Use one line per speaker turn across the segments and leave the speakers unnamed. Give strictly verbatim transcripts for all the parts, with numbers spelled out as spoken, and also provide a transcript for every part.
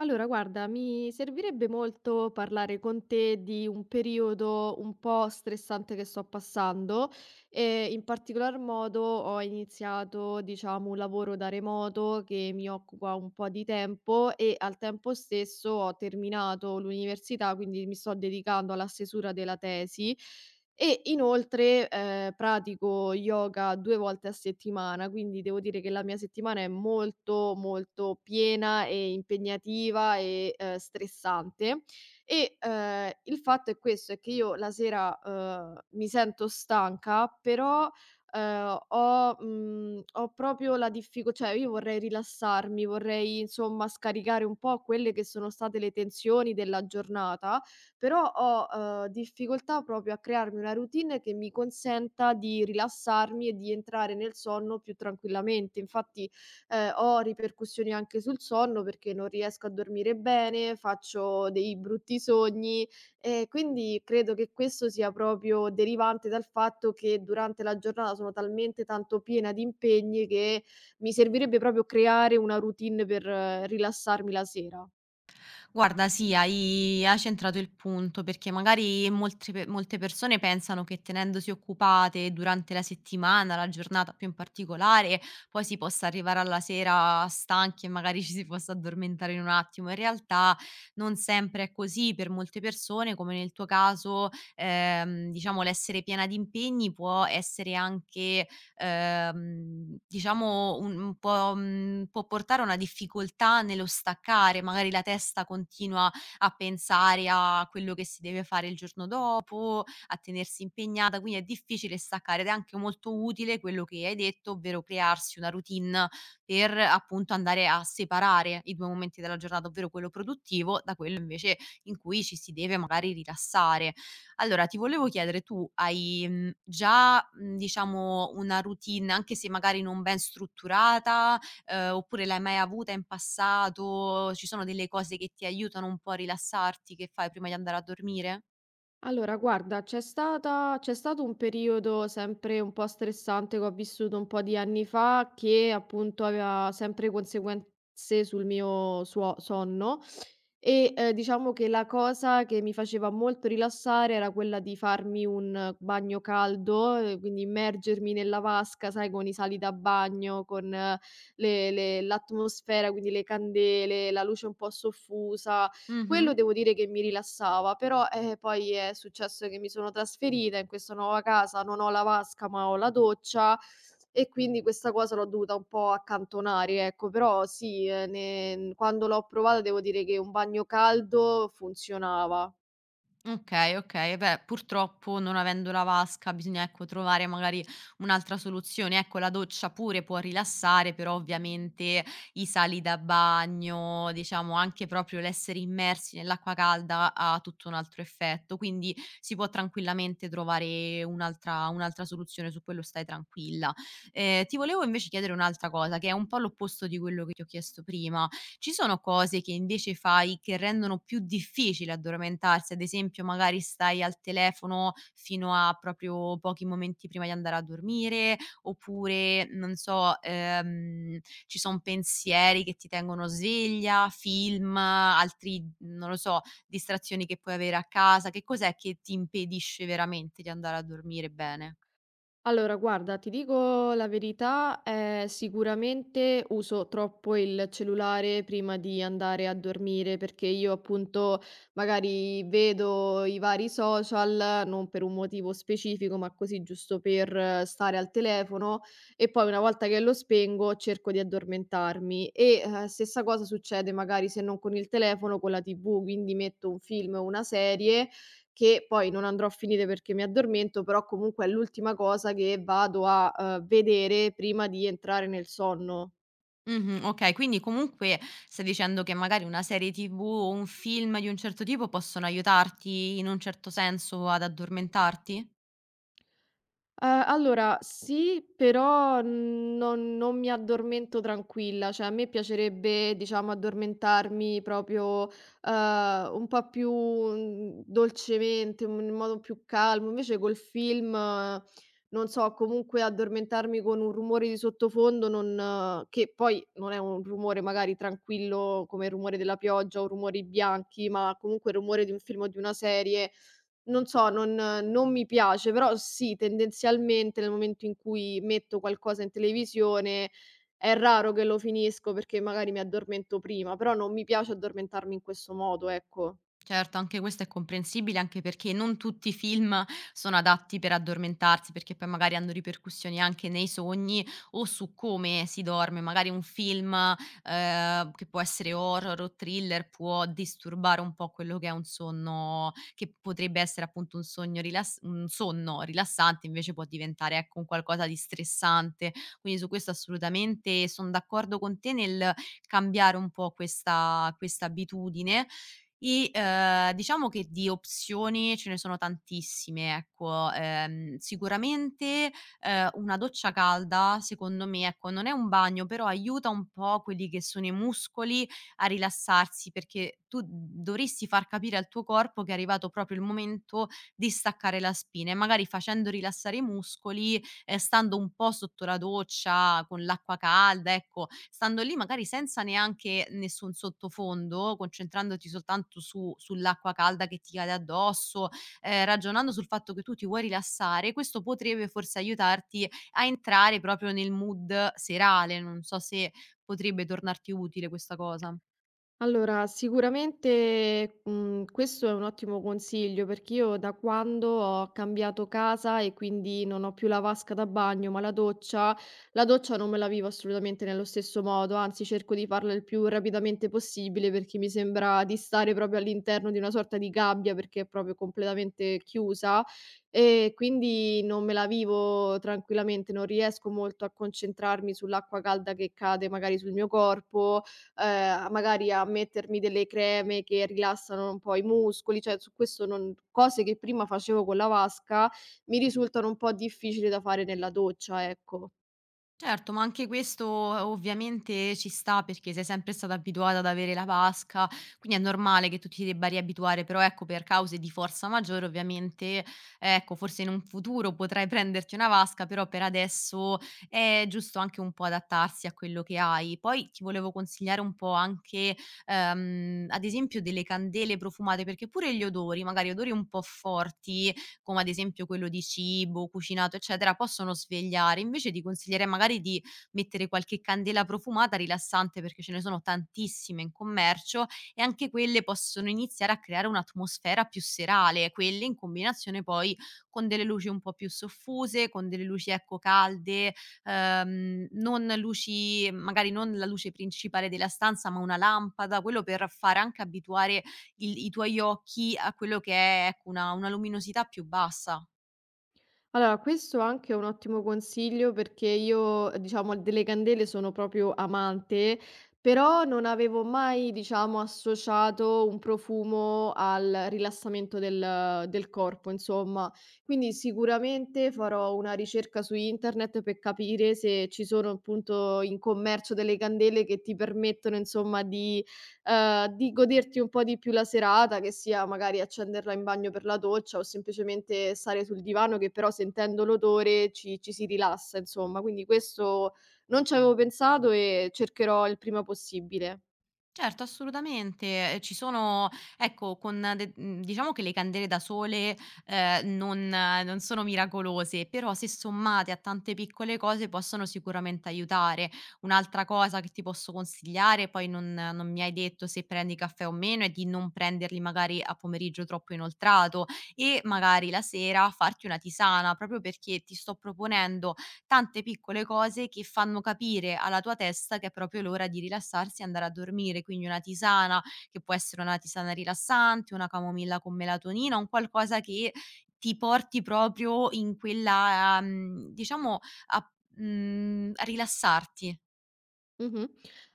Allora, guarda, mi servirebbe molto parlare con te di un periodo un po' stressante che sto passando e in particolar modo ho iniziato, diciamo, un lavoro da remoto che mi occupa un po' di tempo e al tempo stesso ho terminato l'università, quindi mi sto dedicando alla stesura della tesi e inoltre, ehm, pratico yoga due volte a settimana, quindi devo dire che la mia settimana è molto, molto piena e impegnativa e, ehm, stressante. E, ehm, il fatto è questo, è che io la sera, uhm, mi sento stanca, però, ehm, ho mhmm, ho proprio la diffico cioè io vorrei rilassarmi, vorrei insomma scaricare un po' quelle che sono state le tensioni della giornata, però ho, uhm, difficoltà proprio a crearmi una routine che mi consenta di rilassarmi e di entrare nel sonno più tranquillamente. Infatti, ehm, ho ripercussioni anche sul sonno perché non riesco a dormire bene, faccio dei brutti sogni e quindi credo che questo sia proprio derivante dal fatto che durante la giornata sono talmente tanto piena di impegni che mi servirebbe proprio creare una routine per eh, rilassarmi la sera.
Guarda, sì, hai hai centrato il punto, perché magari molte pe molte persone pensano che tenendosi occupate durante la settimana, la giornata più in particolare, poi si possa arrivare alla sera stanchi e magari ci si possa addormentare in un attimo. In realtà non sempre è così, per molte persone, come nel tuo caso, ehm, diciamo l'essere piena di impegni può essere anche, ehm, diciamo un un po', mhmm, può portare a una difficoltà nello staccare, magari la testa continua a pensare a quello che si deve fare il giorno dopo, a tenersi impegnata, quindi è difficile staccare ed è anche molto utile quello che hai detto, ovvero crearsi una routine per appunto andare a separare i due momenti della giornata, ovvero quello produttivo da quello invece in cui ci si deve magari rilassare. Allora ti volevo chiedere, tu hai, mhmm, già, mhmm, diciamo una routine, anche se magari non ben strutturata, ehm, oppure l'hai mai avuta in passato? Ci sono delle cose che ti aiutano un po' a rilassarti, che fai prima di andare a dormire?
Allora guarda, c'è stata c'è stato un periodo sempre un po' stressante che ho vissuto un po' di anni fa, che appunto aveva sempre conseguenze sul mio suo sonno, e, ehm, diciamo che la cosa che mi faceva molto rilassare era quella di farmi un bagno caldo, ehm, quindi immergermi nella vasca, sai, con i sali da bagno, con eh, le le l'atmosfera, quindi le candele, la luce un po' soffusa.
Mh-mh.
Quello devo dire che mi rilassava, però, eh, poi è successo che mi sono trasferita in questa nuova casa, non ho la vasca, ma ho la doccia e quindi questa cosa l'ho dovuta un po' accantonare, ecco. Però sì, ehm, ne quando l'ho provata devo dire che un bagno caldo funzionava.
Okay, okay. Beh, purtroppo non avendo la vasca bisogna, ecco, trovare magari un'altra soluzione. Ecco, la doccia pure può rilassare, però ovviamente i sali da bagno, diciamo anche proprio l'essere immersi nell'acqua calda ha tutto un altro effetto, quindi si può tranquillamente trovare un'altra un'altra soluzione, su quello stai tranquilla. Ehm, ti volevo invece chiedere un'altra cosa, che è un po' l'opposto di quello che ti ho chiesto prima. Ci sono cose che invece fai che rendono più difficile addormentarsi? Ad esempio, magari stai al telefono fino a proprio pochi momenti prima di andare a dormire, oppure non so, ehm, ci son pensieri che ti tengono sveglia, film, altri non lo so, distrazioni che puoi avere a casa. Che cos'è che ti impedisce veramente di andare a dormire bene?
Allora guarda, ti dico la verità, ehm, sicuramente uso troppo il cellulare prima di andare a dormire, perché io appunto magari vedo i vari social, non per un motivo specifico, ma così giusto per eh, stare al telefono e poi una volta che lo spengo cerco di addormentarmi e, ehm, stessa cosa succede magari se non con il telefono, con la T V, quindi metto un film o una serie che poi non andrò a finire perché mi addormento, però comunque è l'ultima cosa che vado a, uhm, vedere prima di entrare nel sonno.
Mh-mh, okay, quindi comunque stai dicendo che magari una serie T V o un film di un certo tipo possono aiutarti in un certo senso ad addormentarti?
Ehm, allora sì, però non non mi addormento tranquilla, cioè a me piacerebbe, diciamo, addormentarmi proprio, ehm, un po' più, mhmm, dolcemente, in in modo più calmo. Invece col film, eh, non so, comunque addormentarmi con un rumore di sottofondo non eh, che poi non è un rumore magari tranquillo come il rumore della pioggia o rumori bianchi, ma comunque il rumore di un film o di una serie, non so, non non mi piace, però sì, tendenzialmente nel momento in cui metto qualcosa in televisione è raro che lo finisco perché magari mi addormento prima, però non mi piace addormentarmi in questo modo, ecco.
Certo, anche questo è comprensibile, anche perché non tutti i film sono adatti per addormentarsi, perché poi magari hanno ripercussioni anche nei sogni o su come si dorme. Magari un film, ehm, che può essere horror o thriller può disturbare un po' quello che è un sonno che potrebbe essere appunto un sogno rilass un sonno rilassante, invece può diventare, ecco, un qualcosa di stressante. Quindi su questo assolutamente son d'accordo con te nel cambiare un po' questa questa abitudine, e, ehm, diciamo che di opzioni ce ne sono tantissime, ecco. Ehm, sicuramente, ehm, una doccia calda secondo me, ecco, non è un bagno, però aiuta un po' quelli che sono i muscoli a rilassarsi, perché tu dovresti far capire al tuo corpo che è arrivato proprio il momento di staccare la spina e magari facendo rilassare i muscoli, ehm, stando un po' sotto la doccia, con l'acqua calda, ecco, stando lì magari senza neanche nessun sottofondo, concentrandoti soltanto su sull'acqua calda che ti cade addosso, ehm, ragionando sul fatto che tu ti vuoi rilassare, questo potrebbe forse aiutarti a entrare proprio nel mood serale. Non so se potrebbe tornarti utile questa cosa.
Allora, sicuramente, mhmm, questo è un ottimo consiglio, perché io da quando ho cambiato casa e quindi non ho più la vasca da bagno, ma la doccia la doccia non me la vivo assolutamente nello stesso modo, anzi cerco di farla il più rapidamente possibile, perché mi sembra di stare proprio all'interno di una sorta di gabbia, perché è proprio completamente chiusa, e quindi non me la vivo tranquillamente, non riesco molto a concentrarmi sull'acqua calda che cade magari sul mio corpo, ehm, magari a mettermi delle creme che rilassano un po' i muscoli, cioè su questo non cose che prima facevo con la vasca mi risultano un po' difficili da fare nella doccia, ecco.
Certo, ma anche questo eh, ovviamente ci sta perché sei sempre stata abituata ad avere la vasca, quindi è normale che tu ti debba riabituare, però ecco per cause di forza maggiore ovviamente, ecco forse in un futuro potrai prenderti una vasca, però per adesso è giusto anche un po' adattarsi a quello che hai. Poi ti volevo consigliare un po' anche ehm, ad esempio delle candele profumate, perché pure gli odori, magari odori un po' forti, come ad esempio quello di cibo, cucinato, eccetera, possono svegliare. Invece ti consiglierei magari di mettere qualche candela profumata rilassante, perché ce ne sono tantissime in commercio e anche quelle possono iniziare a creare un'atmosfera più serale, quelle in combinazione poi con delle luci un po' più soffuse, con delle luci ecco calde, ehm, non luci magari non la luce principale della stanza, ma una lampada, quello per fare anche abituare il i tuoi occhi a quello che è, ecco, una una luminosità più bassa.
Allora, questo anche è un ottimo consiglio perché io, diciamo, delle candele sono proprio amante, però non avevo mai, diciamo, associato un profumo al rilassamento del, del corpo, insomma. Quindi sicuramente farò una ricerca su internet per capire se ci sono appunto in commercio delle candele che ti permettono, insomma, di ehm, di goderti un po' di più la serata, che sia magari accenderla in bagno per la doccia o semplicemente stare sul divano che però sentendo l'odore ci ci si rilassa insomma. Quindi questo non ci avevo pensato e cercherò il prima possibile.
Certo, assolutamente. Ehm, ci sono, ecco, con de mhmm, diciamo che le candele da sole, ehm, non eh, non sono miracolose, però se sommate a tante piccole cose possono sicuramente aiutare. Un'altra cosa che ti posso consigliare, poi non non mi hai detto se prendi caffè o meno, è di non prenderli magari a pomeriggio troppo inoltrato e magari la sera farti una tisana, proprio perché ti sto proponendo tante piccole cose che fanno capire alla tua testa che è proprio l'ora di rilassarsi e andare a dormire. Quindi una tisana, che può essere una tisana rilassante, una camomilla con melatonina, un qualcosa che ti porti proprio in quella, mhmm, diciamo a mhmm, a rilassarti.
Mh-mh.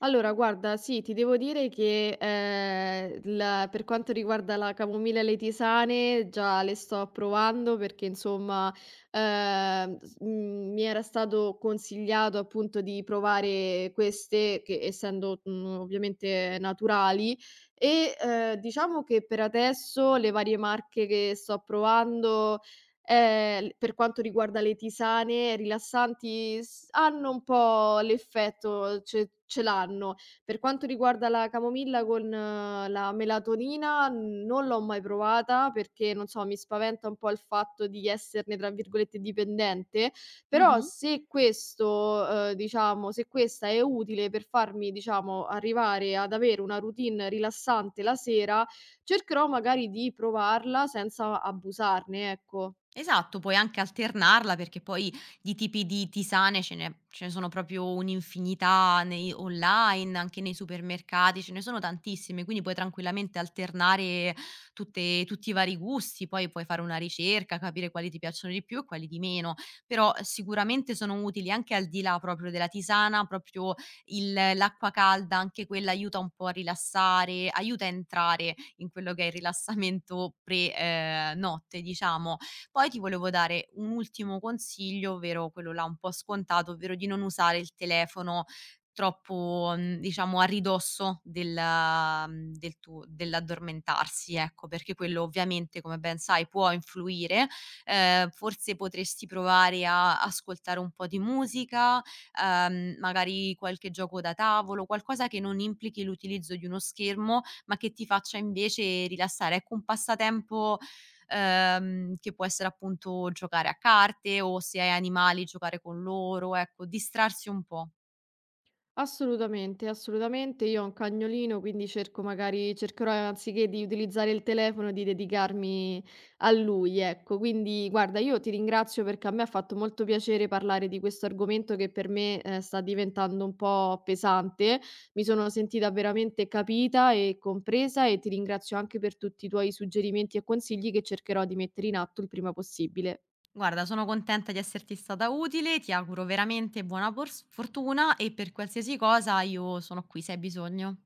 Allora guarda, sì, ti devo dire che, ehm, la per quanto riguarda la camomilla e le tisane già le sto provando perché insomma, ehm, s mhmm, mi era stato consigliato appunto di provare queste che essendo, mhmm, ovviamente naturali e, ehm, diciamo che per adesso le varie marche che sto provando Ehm, l per quanto riguarda le tisane rilassanti s hanno un po' l'effetto ce ce l'hanno. Per quanto riguarda la camomilla con eh, la melatonina, n- non l'ho mai provata perché, non so, mi spaventa un po' il fatto di esserne, tra virgolette, "dipendente", però
Mh-mh.
se questo uhm, diciamo, se questa è utile per farmi, diciamo, arrivare ad avere una routine rilassante la sera, cercherò magari di provarla senza abusarne, ecco.
Esatto, puoi anche alternarla perché poi di tipi di tisane ce ne ce ne sono proprio un'infinità nei online, anche nei supermercati, ce ne sono tantissime, quindi puoi tranquillamente alternare tutte tutti i vari gusti, poi puoi fare una ricerca, capire quali ti piacciono di più e quali di meno. Però sicuramente sono utili anche al di là proprio della tisana, proprio il l'acqua calda, anche quella aiuta un po' a rilassare, aiuta a entrare in quello che è il rilassamento pre ehm, notte diciamo. Poi ti volevo dare un ultimo consiglio, ovvero quello là un po' scontato, ovvero di non usare il telefono troppo, mhmm, diciamo a ridosso del mhmm, del tuo dell'addormentarsi, ecco, perché quello ovviamente, come ben sai, può influire. Ehm, forse potresti provare a ascoltare un po' di musica, ehm, magari qualche gioco da tavolo, qualcosa che non implichi l'utilizzo di uno schermo, ma che ti faccia invece rilassare. Ecco, un passatempo ehm, che può essere appunto giocare a carte o se hai animali giocare con loro, ecco, distrarsi un po'.
Assolutamente, assolutamente. Io ho un cagnolino, quindi cerco magari cercherò anziché di utilizzare il telefono di dedicarmi a lui, ecco. Quindi guarda, io ti ringrazio perché a me ha fatto molto piacere parlare di questo argomento che per me eh, sta diventando un po' pesante. Mi sono sentita veramente capita e compresa e ti ringrazio anche per tutti i tuoi suggerimenti e consigli che cercherò di mettere in atto il prima possibile.
Guarda, sono contenta di esserti stata utile, ti auguro veramente buona pors- fortuna e per qualsiasi cosa io sono qui se hai bisogno.